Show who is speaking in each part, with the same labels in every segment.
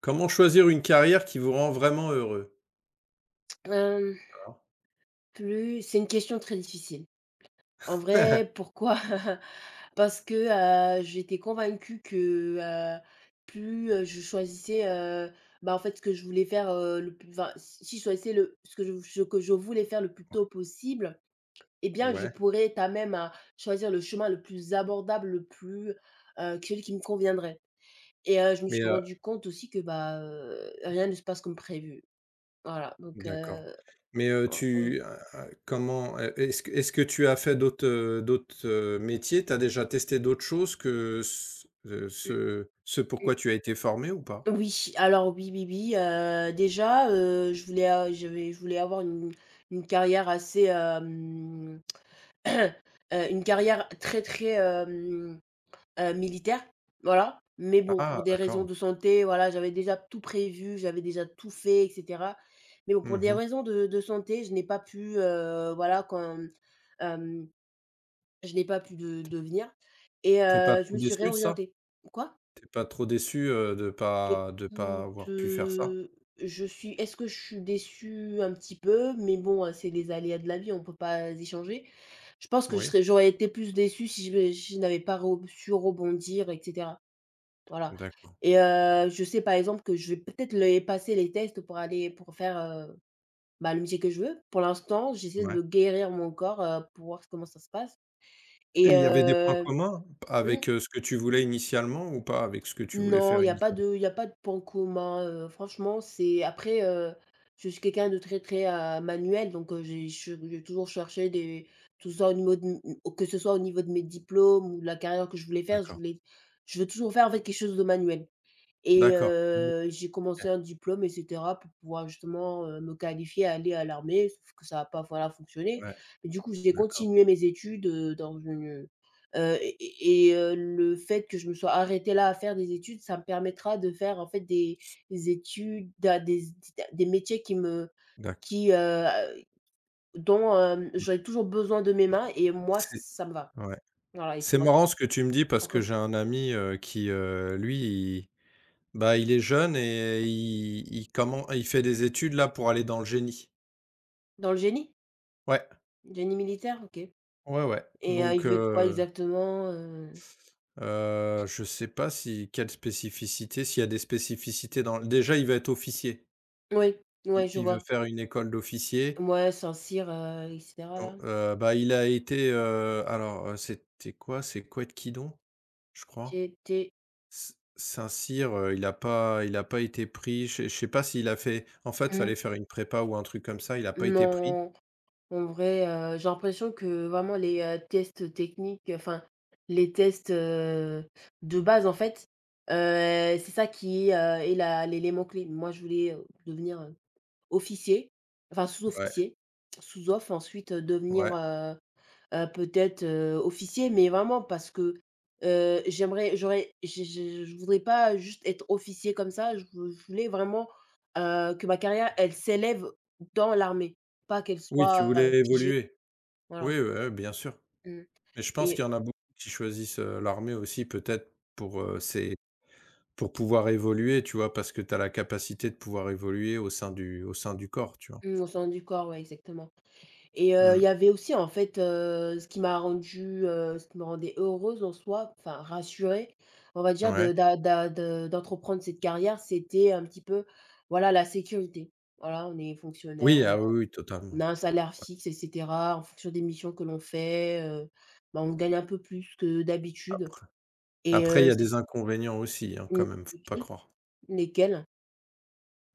Speaker 1: Comment choisir une carrière qui vous rend vraiment heureux?
Speaker 2: Hem,
Speaker 1: D'accord.
Speaker 2: plus c'est une question très difficile. En vrai, pourquoi? Parce que, j'étais convaincue que, heu, plus, je choisissais, bah, en fait, ce que je voulais faire, le plus, enfin, si je choisissais le ce que je voulais faire le plus tôt possible, eh bien, je
Speaker 1: Ouais,
Speaker 2: pourrais quand même à choisir le chemin le plus abordable, le plus, celui qui me conviendrait. Et je me
Speaker 1: mais,
Speaker 2: suis rendu compte aussi que, bah, rien ne se passe comme prévu. Voilà, donc
Speaker 1: d'accord. Mais,
Speaker 2: on mmh
Speaker 1: tu a comment, est-ce que tu as fait d'autres métiers? Tu as déjà testé d'autres choses que ce pourquoi tu as été formé ou pas?
Speaker 2: oui, alors oui, oui, oui, déjà, je voulais, je voulais avoir une carrière assez, heu, une carrière très, très, militaire, voilà. Mais bon,
Speaker 1: Ah,
Speaker 2: pour des raisons
Speaker 1: d'accord.
Speaker 2: de santé, voilà, j'avais déjà tout prévu, j'avais déjà tout fait, et cetera. Mais bon, pour
Speaker 1: Mmh
Speaker 2: des
Speaker 1: mh.
Speaker 2: raisons de santé, je n'ai pas pu, voilà, quand, hem, je n'ai pas pu de devenir. Et
Speaker 1: Pas
Speaker 2: je
Speaker 1: trop
Speaker 2: me suis
Speaker 1: déçu de ça?
Speaker 2: réorientée. Quoi?
Speaker 1: T'es pas trop déçu, de pas
Speaker 2: Écoute,
Speaker 1: avoir pu faire ça?
Speaker 2: je suis est-ce que je suis déçue? Un petit peu, mais bon, c'est les aléas de la vie, on peut pas y changer. Je pense que je
Speaker 1: Oui,
Speaker 2: serais j'aurais été plus déçue si je n'avais pas re su rebondir, et cetera. Voilà.
Speaker 1: d'accord.
Speaker 2: Et je sais par exemple que je vais peut-être les passer les tests pour aller pour faire, bah, le métier que je veux. Pour l'instant, j'essaie
Speaker 1: Ouais.
Speaker 2: de guérir mon corps, pour voir comment ça se passe.
Speaker 1: Et
Speaker 2: et
Speaker 1: il y avait des points
Speaker 2: heu
Speaker 1: communs
Speaker 2: mmh.
Speaker 1: avec, ce que tu voulais initialement ou pas avec ce que tu voulais
Speaker 2: Non,
Speaker 1: faire initialement?
Speaker 2: il y a pas de point commun, franchement. C'est après, je suis quelqu'un de très, très, manuel, donc j'ai je j'ai toujours cherché des, tout ça au niveau de, que ce soit au niveau de mes diplômes ou de la carrière que je voulais faire,
Speaker 1: D'accord,
Speaker 2: je veux toujours faire, en fait, quelque chose de manuel. Et
Speaker 1: d'accord. Mmh,
Speaker 2: j'ai
Speaker 1: OK,
Speaker 2: commencé un diplôme, et cetera, pour pouvoir justement, me qualifier à aller à l'armée, sauf que ça a pas, voilà, fonctionné.
Speaker 1: ouais,
Speaker 2: Mais du coup, j'ai
Speaker 1: d'accord.
Speaker 2: continué mes études, dans une, le fait que je me sois arrêtée là à faire des études, ça me permettra de faire, en fait, des études à des métiers qui me,
Speaker 1: D'ac
Speaker 2: qui, dont,
Speaker 1: mmh,
Speaker 2: j'aurais toujours besoin de mes mains, et moi
Speaker 1: c'est
Speaker 2: ça me va.
Speaker 1: Ouais.
Speaker 2: Voilà. Et
Speaker 1: C'est
Speaker 2: toi?
Speaker 1: marrant ce que tu me dis parce que
Speaker 2: Pourquoi?
Speaker 1: j'ai un ami, qui, lui, il bah, il est jeune et il comment il fait des études là pour aller dans le génie.
Speaker 2: Dans le génie?
Speaker 1: Ouais,
Speaker 2: Génie militaire? OK.
Speaker 1: ouais, ouais.
Speaker 2: Et
Speaker 1: Donc
Speaker 2: il veut être quoi
Speaker 1: heu,
Speaker 2: exactement,
Speaker 1: heu, je sais pas si quelle spécificité, s'il y a des spécificités dans déjà, il va être officier.
Speaker 2: Oui,
Speaker 1: Il
Speaker 2: ouais, je
Speaker 1: il veut
Speaker 2: vois.
Speaker 1: faire une école d'officier.
Speaker 2: Moi, Saint-Cyr, et cetera,
Speaker 1: Oh,
Speaker 2: là.
Speaker 1: bah, il a été, alors, c'était quoi? C'est couette Kidon je crois.
Speaker 2: J'étais
Speaker 1: S Saint-Cyr, il a pas été pris. Je sais pas s'il a fait en fait,
Speaker 2: Mmh.
Speaker 1: fallait faire une prépa ou un truc comme ça, il a pas été pris.
Speaker 2: Non, en vrai, j'ai l'impression que vraiment les, tests techniques, enfin, les tests, de base, en fait, heu, c'est ça qui, est la l'élément clé. Moi, je voulais, devenir, officier, enfin
Speaker 1: Ouais,
Speaker 2: sous-officier, sous-off, ensuite, devenir,
Speaker 1: ouais.
Speaker 2: peut-être, officier, mais vraiment parce que, j'aimerais j'aurais je voudrais pas juste être officier comme ça. Je voulais vraiment, que ma carrière, elle s'élève dans l'armée, pas qu'elle
Speaker 1: Oui, tu
Speaker 2: soit,
Speaker 1: voulais
Speaker 2: figée.
Speaker 1: évoluer.
Speaker 2: Voilà.
Speaker 1: Oui, ouais, ouais, bien sûr.
Speaker 2: Mmh.
Speaker 1: Mais je pense qu'il
Speaker 2: Et
Speaker 1: y en a beaucoup qui choisissent, l'armée aussi peut-être c'est pour pouvoir évoluer, tu vois? Parce que tu as la capacité de pouvoir évoluer au sein du corps, tu vois?
Speaker 2: mmh, au sein du corps, ouais, exactement. Et il
Speaker 1: Mmh.
Speaker 2: y avait aussi, en fait, ce qui me rendait heureuse en soi, enfin rassurée, on va dire,
Speaker 1: Ouais.
Speaker 2: de d'a d'a de d'entreprendre cette carrière, c'était un petit peu, voilà, la sécurité. Voilà, on est fonctionnaire,
Speaker 1: Oui, ah oui, oui,
Speaker 2: on
Speaker 1: totalement.
Speaker 2: a un salaire fixe, et cetera. En fonction des missions que l'on fait, bah, on gagne un peu plus que d'habitude.
Speaker 1: Après
Speaker 2: et
Speaker 1: après il y
Speaker 2: heu,
Speaker 1: a
Speaker 2: c'est
Speaker 1: des
Speaker 2: s
Speaker 1: inconvénients aussi, hein, quand
Speaker 2: mmh,
Speaker 1: même, faut pas croire.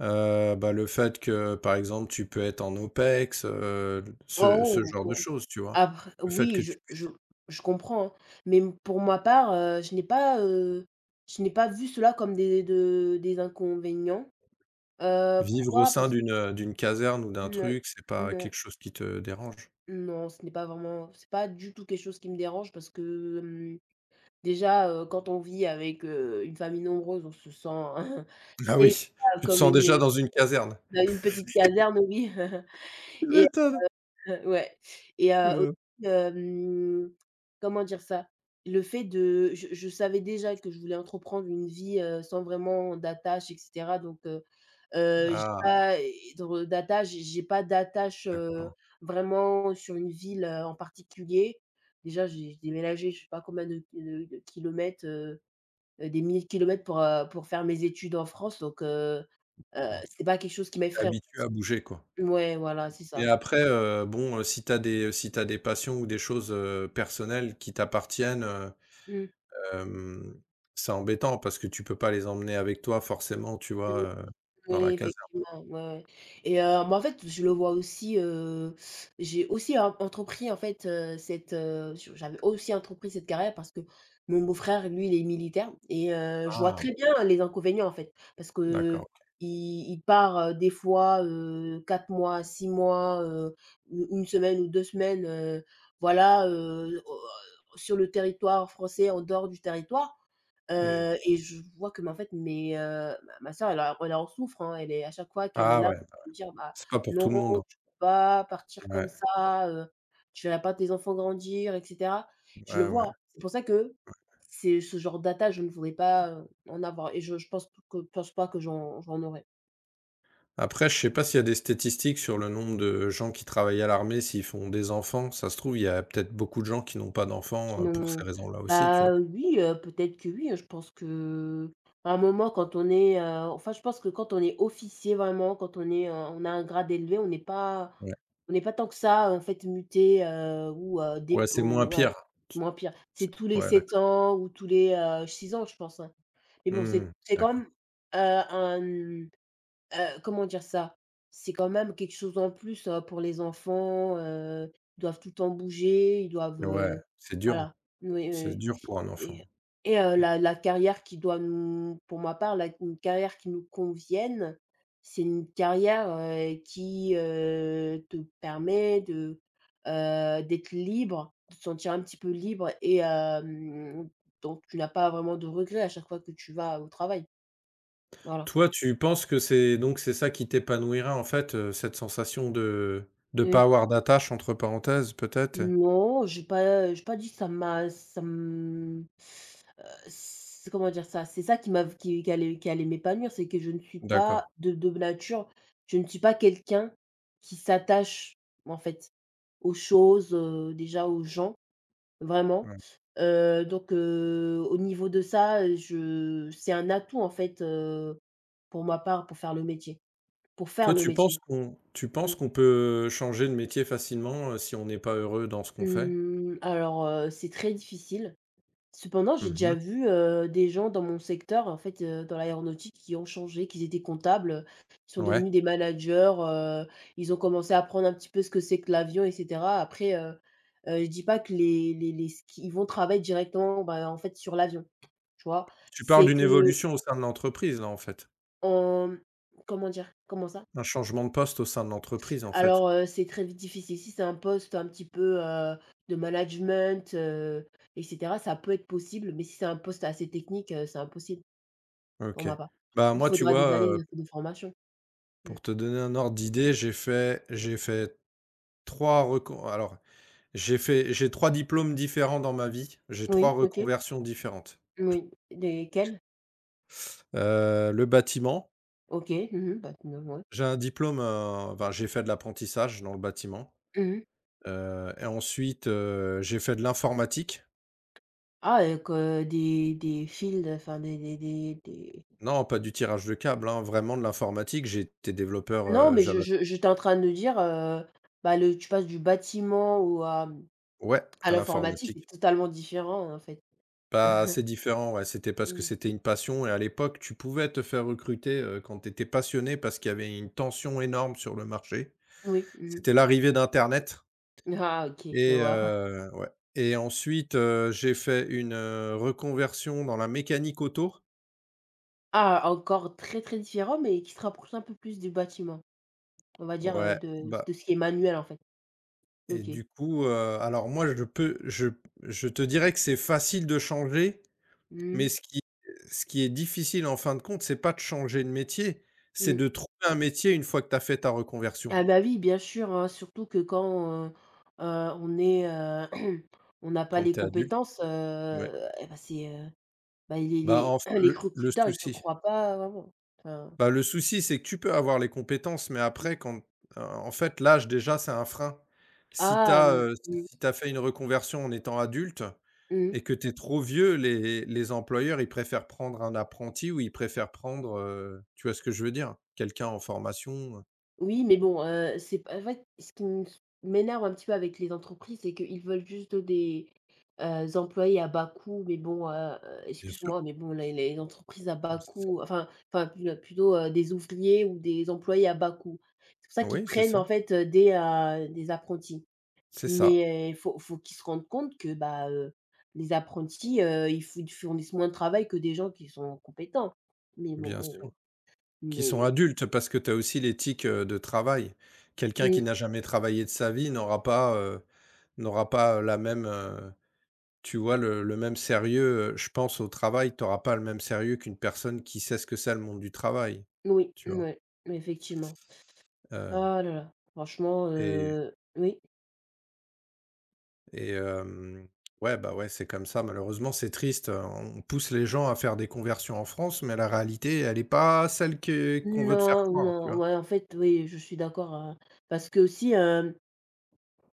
Speaker 1: Bah, le fait que, par exemple, tu peux être en OPEX, ce
Speaker 2: Oh!
Speaker 1: genre de choses, tu vois?
Speaker 2: Après
Speaker 1: Le fait
Speaker 2: oui,
Speaker 1: que tu puisses
Speaker 2: je comprends, hein, mais m pour ma part, je n'ai pas vu cela comme des, de des inconvénients.
Speaker 1: vivre au
Speaker 2: Pourquoi?
Speaker 1: sein
Speaker 2: Parce
Speaker 1: d'une caserne ou
Speaker 2: que
Speaker 1: d'un
Speaker 2: non,
Speaker 1: truc, c'est pas
Speaker 2: non,
Speaker 1: quelque chose qui te dérange?
Speaker 2: non, ce n'est pas vraiment c'est pas du tout quelque chose qui me dérange parce que, déjà, quand on vit avec, une famille nombreuse, on se sent
Speaker 1: Ah
Speaker 2: déjà
Speaker 1: oui, tu te
Speaker 2: comme
Speaker 1: sens déjà
Speaker 2: une,
Speaker 1: dans une caserne?
Speaker 2: bah, une petite caserne, oui.
Speaker 1: Tu
Speaker 2: Et
Speaker 1: m'étonnes!
Speaker 2: Ouais, et
Speaker 1: Heu,
Speaker 2: aussi, hem, comment dire ça? Le fait de Je savais déjà que je voulais entreprendre une vie, sans vraiment d'attache, et cetera. Donc
Speaker 1: ah,
Speaker 2: j'ai pas d'attache,
Speaker 1: d'accord,
Speaker 2: vraiment sur une ville, en particulier. Déjà, j'ai déménagé, je sais pas combien de kilomètres, des milliers de kilomètres pour faire mes études en France, donc
Speaker 1: d'accord.
Speaker 2: c'est pas quelque chose qui
Speaker 1: Tu
Speaker 2: m'effraie.
Speaker 1: habitué à bouger, quoi.
Speaker 2: Ouais, voilà, c'est
Speaker 1: Mais
Speaker 2: ça.
Speaker 1: après, bon, si t'as des passions ou des choses, personnelles qui t'appartiennent,
Speaker 2: Mmh.
Speaker 1: hem, c'est embêtant parce que tu peux pas les emmener avec toi forcément, tu vois,
Speaker 2: Mmh.
Speaker 1: dans la
Speaker 2: Oui,
Speaker 1: caserne.
Speaker 2: effectivement, ouais, ouais. Et bah, en fait, je le vois aussi, j'ai aussi en entrepris, en fait, cette, je j'avais aussi entrepris cette carrière parce que mon beau-frère, lui, il est militaire. Et je vois
Speaker 1: Ah,
Speaker 2: très bien les inconvénients, en fait, parce que
Speaker 1: d'accord.
Speaker 2: il part, des fois, 4 mois, 6 mois, u une semaine ou 2 semaines, voilà, au sur le territoire français, en dehors du territoire.
Speaker 1: Mmh.
Speaker 2: Et je vois que, bah, en fait, mes, ma sœur, elle en souffre, hein. Elle est À chaque fois qu'elle est
Speaker 1: Ah
Speaker 2: là,
Speaker 1: ouais,
Speaker 2: elle me dire: «Bah,
Speaker 1: c'est pas pour
Speaker 2: non,
Speaker 1: tout le monde, hein.
Speaker 2: tu peux pas partir comme
Speaker 1: Ouais,
Speaker 2: ça, tu verras pas tes enfants grandir, et cetera». Je le
Speaker 1: ouais, ouais.
Speaker 2: vois. C'est pour ça que c'est ce genre d'attache, je ne voudrais pas, en avoir. Et je pense pas que j'en aurais.
Speaker 1: Après, je sais pas s'il y a des statistiques sur le nombre de gens qui travaillent à l'armée, s'ils font des enfants. Ça se trouve, il y a peut-être beaucoup de gens qui n'ont pas
Speaker 2: Qui
Speaker 1: d'enfants, pour ces
Speaker 2: n'ont
Speaker 1: raisons-là aussi, tu vois?
Speaker 2: Bah, oui, peut-être que oui, hein. Je pense que à un moment enfin, je pense que quand on est officier vraiment, quand on est, on a un grade élevé,
Speaker 1: Ouais.
Speaker 2: on n'est pas tant que ça, en fait, muté, ou
Speaker 1: Ouais, c'est
Speaker 2: dépo
Speaker 1: moins
Speaker 2: ouais,
Speaker 1: pire.
Speaker 2: c'est moins pire. C'est
Speaker 1: C'est
Speaker 2: tous les
Speaker 1: Ouais,
Speaker 2: 7
Speaker 1: d'accord.
Speaker 2: ans ou tous les, 6 ans, je pense, hein. Mais bon,
Speaker 1: Mmh,
Speaker 2: c'est quand
Speaker 1: d'accord.
Speaker 2: même, heu, comment dire ça? C'est quand même quelque chose en plus, pour les enfants, ils doivent tout le temps bouger, ils doivent,
Speaker 1: Ouais, c'est dur, hein.
Speaker 2: voilà. Oui,
Speaker 1: C'est
Speaker 2: oui, oui.
Speaker 1: dur pour un enfant.
Speaker 2: Et et la la carrière qui doit nous pour ma part, la une carrière qui nous convienne, c'est une carrière, qui, te permet de, d'être libre, de te sentir un petit peu libre. Et donc tu n'as pas vraiment de regrets à chaque fois que tu vas au travail. Voilà.
Speaker 1: Toi, tu penses que c'est ça qui t'épanouira, en fait, cette sensation de
Speaker 2: Oui,
Speaker 1: pas
Speaker 2: oui.
Speaker 1: avoir d'attache entre parenthèses, peut-être?
Speaker 2: Non, j'ai pas dit que ça me c'est, comment dire ça? C'est ça qui qui allait m'épanouir. C'est que je ne suis
Speaker 1: D'accord.
Speaker 2: pas de nature, je ne suis pas quelqu'un qui s'attache, en fait, aux choses, déjà aux gens, vraiment.
Speaker 1: Ouais.
Speaker 2: Donc au niveau de ça, je c'est un atout, en fait, pour ma part, pour faire le métier, pour
Speaker 1: Toi,
Speaker 2: faire le
Speaker 1: tu penses
Speaker 2: métier.
Speaker 1: qu'on tu
Speaker 2: Mmh.
Speaker 1: penses qu'on peut changer de métier facilement, si on n'est pas heureux dans ce qu'on fait?
Speaker 2: Mmh, alors, c'est très difficile. Cependant, j'ai déjà
Speaker 1: Mmh.
Speaker 2: vu, des gens dans mon secteur, en fait, dans l'aéronautique qui ont changé, qui étaient comptables, qui sont
Speaker 1: Ouais.
Speaker 2: devenus des managers, ils ont commencé à apprendre un petit peu ce que c'est que l'avion, et cetera. Après, je dis pas que les ce qu'ils vont travailler directement, bah, en fait, sur l'avion, tu vois?
Speaker 1: Tu parles
Speaker 2: C'est
Speaker 1: d'une
Speaker 2: que,
Speaker 1: évolution au sein de l'entreprise, là, en fait?
Speaker 2: en comment dire? Comment ça?
Speaker 1: Un changement de poste au sein de l'entreprise, en fait?
Speaker 2: Alors, c'est très difficile. Si c'est un poste un petit peu, de management, et cetera, ça peut être possible, mais si c'est un poste assez technique, c'est impossible. Pour
Speaker 1: OK.
Speaker 2: ma part.
Speaker 1: Bah,
Speaker 2: Il
Speaker 1: moi, tu
Speaker 2: faudra
Speaker 1: vois,
Speaker 2: des années
Speaker 1: heu,
Speaker 2: de formation. Mmh.
Speaker 1: pour te donner un ordre d'idée, trois recon alors, j'ai fait j'ai 3 diplômes différents dans ma vie. J'ai trois
Speaker 2: Oui, OK.
Speaker 1: reconversions différentes.
Speaker 2: Moui. Desquelles?
Speaker 1: Le bâtiment,
Speaker 2: OK. Mmh. Bah, non, ouais.
Speaker 1: j'ai un diplôme, enfin, j'ai fait de l'apprentissage dans le bâtiment.
Speaker 2: Mmh.
Speaker 1: Et ensuite, j'ai fait de l'informatique.
Speaker 2: Ah, avec, des fils, enfin des
Speaker 1: Non, pas du tirage de câble, hein, vraiment de l'informatique. J'étais développeur,
Speaker 2: non, mais
Speaker 1: Java
Speaker 2: je j'étais en train de dire, bah, le tu passes du bâtiment ou à,
Speaker 1: ouais,
Speaker 2: à
Speaker 1: à
Speaker 2: l'informatique, c'est
Speaker 1: l'informatique.
Speaker 2: totalement différent, en fait.
Speaker 1: Pas assez différent, ouais, c'était parce que
Speaker 2: Mmh.
Speaker 1: c'était une passion et à l'époque, tu pouvais te faire recruter, quand tu étais passionné parce qu'il y avait une tension énorme sur le marché.
Speaker 2: Oui. Mmh.
Speaker 1: C'était l'arrivée d'internet
Speaker 2: Ah, OK, je
Speaker 1: et,
Speaker 2: vois.
Speaker 1: ouais, et ensuite, j'ai fait une, reconversion dans la mécanique auto.
Speaker 2: Ah, encore très, très différent, mais qui se rapproche un peu plus du bâtiment. On va dire,
Speaker 1: Ouais,
Speaker 2: de
Speaker 1: bah
Speaker 2: de ce qui est manuel, en fait.
Speaker 1: et
Speaker 2: OK.
Speaker 1: du coup, alors moi je peux je te dirais que c'est facile de changer,
Speaker 2: Mmh
Speaker 1: mais
Speaker 2: mh.
Speaker 1: ce qui est difficile en fin de compte, c'est pas de changer de métier, c'est
Speaker 2: Mmh.
Speaker 1: de trouver un métier une fois que tu as fait ta reconversion,
Speaker 2: Ah bah oui, bien sûr, hein, surtout que quand, heu, on est, on n'a pas
Speaker 1: quand
Speaker 2: les
Speaker 1: tu es adulte,
Speaker 2: compétences,
Speaker 1: ouais.
Speaker 2: et bah, c'est, bah, les
Speaker 1: Bah,
Speaker 2: les
Speaker 1: enf
Speaker 2: les
Speaker 1: le
Speaker 2: recruteurs, ils te
Speaker 1: souci
Speaker 2: croient pas vraiment. Enfin,
Speaker 1: bah, le souci, c'est que tu peux avoir les compétences, mais après
Speaker 2: mmh.
Speaker 1: quand en fait l'âge déjà c'est un frein. Si tu
Speaker 2: Ah,
Speaker 1: as,
Speaker 2: mmh,
Speaker 1: heu, si
Speaker 2: mmh,
Speaker 1: si tu as fait une reconversion en étant adulte.
Speaker 2: mmh.
Speaker 1: Et que tu es trop vieux, les employeurs, ils préfèrent prendre un apprenti ou ils préfèrent prendre, tu vois ce que je veux dire? Quelqu'un en formation,
Speaker 2: Oui, mais bon, c'est p en fait, ce qui me m'énerve un petit peu avec les entreprises, c'est qu'ils veulent juste des, employés à bas coût. Mais bon,
Speaker 1: bien sûr,
Speaker 2: excuse-moi, mais bon, les entreprises à bas
Speaker 1: c'est ça.
Speaker 2: coût, enfin, plutôt, des ouvriers ou des employés à bas coût. C'est pour ça qu'ils
Speaker 1: Oui,
Speaker 2: prennent, en fait, des apprentis.
Speaker 1: c'est ça,
Speaker 2: Mais il faut qu'ils se rendent compte que, les apprentis, ils fournissent moins de travail que des gens qui sont compétents. Mais
Speaker 1: bien
Speaker 2: bon,
Speaker 1: sûr. Qui sont
Speaker 2: mais
Speaker 1: adultes parce que tu as aussi l'éthique, de travail. Quelqu'un
Speaker 2: mmh,
Speaker 1: qui n'a jamais travaillé de sa vie n'aura pas la même, tu vois le même sérieux, je pense au travail, tu auras pas le même sérieux qu'une personne qui sait ce que c'est le monde du travail,
Speaker 2: Oui,
Speaker 1: tu vois?
Speaker 2: mouais, effectivement.
Speaker 1: Hem
Speaker 2: Ah là là, franchement,
Speaker 1: et
Speaker 2: oui.
Speaker 1: et ouais, bah, ouais, c'est comme ça malheureusement, c'est triste, on pousse les gens à faire des conversions en France, mais la réalité, elle est pas celle que qu'on veut te faire
Speaker 2: Non,
Speaker 1: croire, tu
Speaker 2: non,
Speaker 1: vois?
Speaker 2: ouais, en fait, oui, je suis d'accord, hein, parce qu'aussi,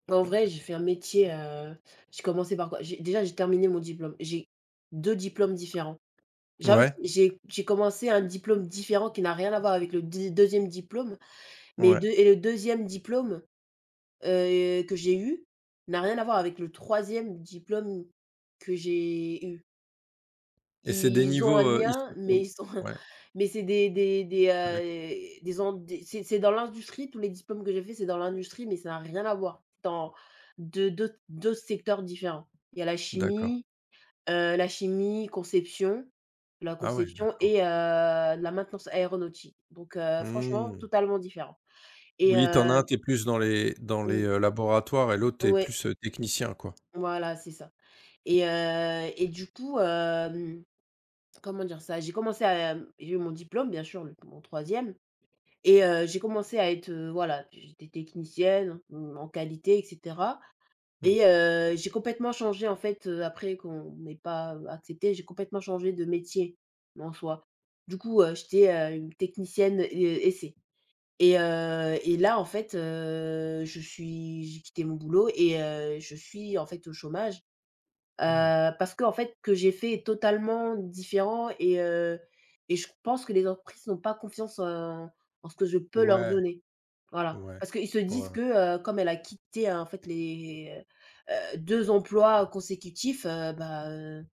Speaker 2: en vrai, j'ai fait un métier, j'ai commencé par quoi? J'ai terminé mon diplôme. J'ai 2 diplômes différents. J'ai envie
Speaker 1: Ouais,
Speaker 2: j'ai commencé un diplôme différent qui n'a rien à voir avec le deuxi 2 diplôme, mais
Speaker 1: ouais,
Speaker 2: deux et le deuxième diplôme, que j'ai eu n'a rien à voir avec le troisième diplôme que j'ai eu.
Speaker 1: et c'est des
Speaker 2: Ils ont un
Speaker 1: niveaux, ils
Speaker 2: lien,
Speaker 1: sont,
Speaker 2: mais ils sont
Speaker 1: ouais,
Speaker 2: mais c'est des des des,
Speaker 1: connexes.
Speaker 2: heu, des en des c'est dans l'industrie, tous les diplômes que j'ai fait, c'est dans l'industrie, mais ça n'a rien à voir. C'est dans deux secteurs différents. Il y a la
Speaker 1: D'accord.
Speaker 2: chimie, conception, la
Speaker 1: Ah ouais,
Speaker 2: conception
Speaker 1: d'accord.
Speaker 2: et la maintenance aéronautique. Donc franchement,
Speaker 1: Mmh.
Speaker 2: totalement différent et
Speaker 1: Oui, t'en
Speaker 2: heu
Speaker 1: as un, t'es plus dans les,
Speaker 2: mmh,
Speaker 1: laboratoires et l'autre, tu
Speaker 2: ouais,
Speaker 1: plus, technicien, quoi.
Speaker 2: voilà, c'est ça. Et du coup, comment dire ça? J'ai eu mon diplôme, bien sûr, le mon troisième. Et j'ai commencé à être, voilà, j'étais technicienne, mmh, en qualité et cetera.
Speaker 1: Mmh,
Speaker 2: J'ai complètement changé en fait, après qu'on m'ait pas accepté j'ai complètement changé de métier en soi. Du coup, j'étais, une technicienne, essai. Là en fait, je suis j'ai quitté mon boulot et je suis en fait au chômage.
Speaker 1: mmh.
Speaker 2: Parce que en fait, que j'ai fait est totalement différent. Et je pense que les entreprises n'ont pas confiance en en ce que je peux leur
Speaker 1: Ouais,
Speaker 2: donner.
Speaker 1: ouais.
Speaker 2: Voilà.
Speaker 1: Ouais,
Speaker 2: Parce qu'ils se disent
Speaker 1: ouais.
Speaker 2: que, comme elle a quitté, en fait, les, 2 emplois consécutifs,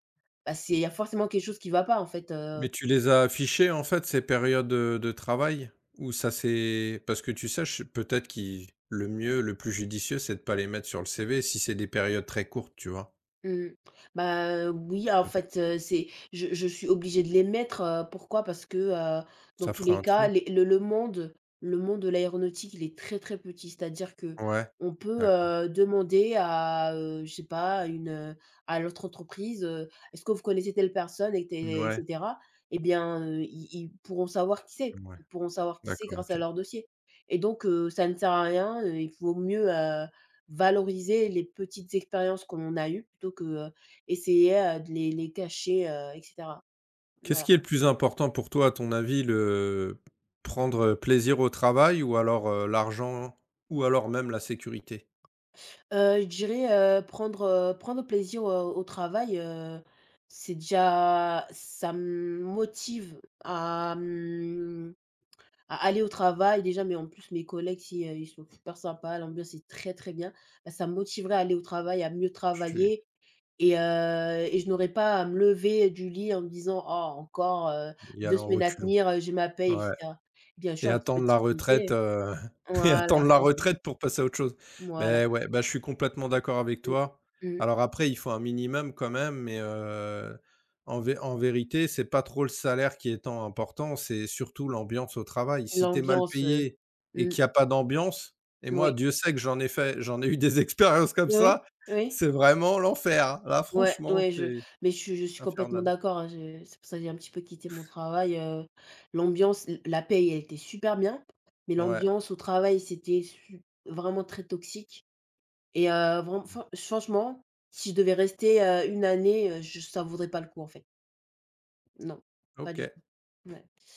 Speaker 2: bah, c'est il y a forcément quelque chose qui ne va pas, en fait.
Speaker 1: Mais tu les as affichés, en fait, ces périodes, de travail? Ou ça c'est parce que tu saches, peut-être qu'il le mieux, le plus judicieux, c'est de pas les mettre sur le CV si c'est des périodes très courtes, tu vois?
Speaker 2: Mmh. Bah, oui, en
Speaker 1: C'est pas
Speaker 2: fait, c'est je suis obligée de les mettre, pourquoi? Parce que, heu, dans
Speaker 1: ça
Speaker 2: tous
Speaker 1: fera
Speaker 2: les
Speaker 1: un
Speaker 2: cas,
Speaker 1: trou?
Speaker 2: les le monde, le monde de l'aéronautique, il est très, très petit. C'est-à-dire que
Speaker 1: Ouais,
Speaker 2: on peut,
Speaker 1: d'accord.
Speaker 2: demander à, je sais pas, une, à l'autre entreprise, «Est-ce que vous connaissez telle personne?» et té et
Speaker 1: Ouais,
Speaker 2: cetera. Eh bien, ils pourront savoir qui c'est.
Speaker 1: ouais,
Speaker 2: Ils pourront savoir qui c'est
Speaker 1: d'accord,
Speaker 2: grâce
Speaker 1: OK.
Speaker 2: à leur dossier. Et donc, ça ne sert à rien, il vaut mieux valoriser les petites expériences qu'on a eues plutôt que, essayer, de les cacher, et cetera.
Speaker 1: Qu'est-ce
Speaker 2: Voilà.
Speaker 1: qui est le plus important pour toi, à ton avis? Le Prendre plaisir au travail ou alors, l'argent ou alors même la sécurité?
Speaker 2: Je dirais, heu, prendre, prendre plaisir au au travail, c'est déjà ça me motive à, mmh, à aller au travail déjà, mais en plus mes collègues si, ils sont super sympas, l'ambiance est très, très bien, bah, ça me motiverait à aller au travail, à mieux
Speaker 1: Je suis
Speaker 2: travailler. Et je n'aurais pas à me lever du lit en me disant: «Oh encore,
Speaker 1: y
Speaker 2: 2
Speaker 1: allant en
Speaker 2: semaines à
Speaker 1: reculons.
Speaker 2: tenir, j'ai ma paye» et
Speaker 1: Ouais.
Speaker 2: cetera. Bien
Speaker 1: Et
Speaker 2: sûr, un petit peu
Speaker 1: attendre
Speaker 2: de
Speaker 1: la retraite,
Speaker 2: sécurité.
Speaker 1: heu Et
Speaker 2: Voilà,
Speaker 1: attendre la
Speaker 2: c'est ça.
Speaker 1: retraite pour passer à autre chose.
Speaker 2: Voilà.
Speaker 1: Mais ouais, bah, je suis complètement d'accord avec
Speaker 2: Mmh.
Speaker 1: toi.
Speaker 2: Mmh.
Speaker 1: Alors après, il faut un minimum quand même, mais en vérité, c'est pas trop le salaire qui est tant important, c'est surtout l'ambiance au travail. Si t'es mal
Speaker 2: L'ambiance,
Speaker 1: payé et
Speaker 2: mmh,
Speaker 1: qu'il y a pas d'ambiance et moi,
Speaker 2: oui.
Speaker 1: Dieu sait que j'en ai eu des expériences comme
Speaker 2: Oui,
Speaker 1: ça,
Speaker 2: oui.
Speaker 1: c'est vraiment l'enfer. Là,
Speaker 2: Ouais,
Speaker 1: franchement,
Speaker 2: ouais, je
Speaker 1: c'est
Speaker 2: mais je suis complètement
Speaker 1: infernal.
Speaker 2: d'accord, hein, je c'est pour ça que j'ai un petit peu quitté mon travail, l'ambiance, l la paye, elle était super bien, mais
Speaker 1: Ouais,
Speaker 2: l'ambiance au travail, c'était su vraiment très toxique. Et vraiment enfin, franchement, si je devais rester, 1 année, je ne savourerais pas le coup, en fait. Non, pas du
Speaker 1: OK.
Speaker 2: tout. Ouais.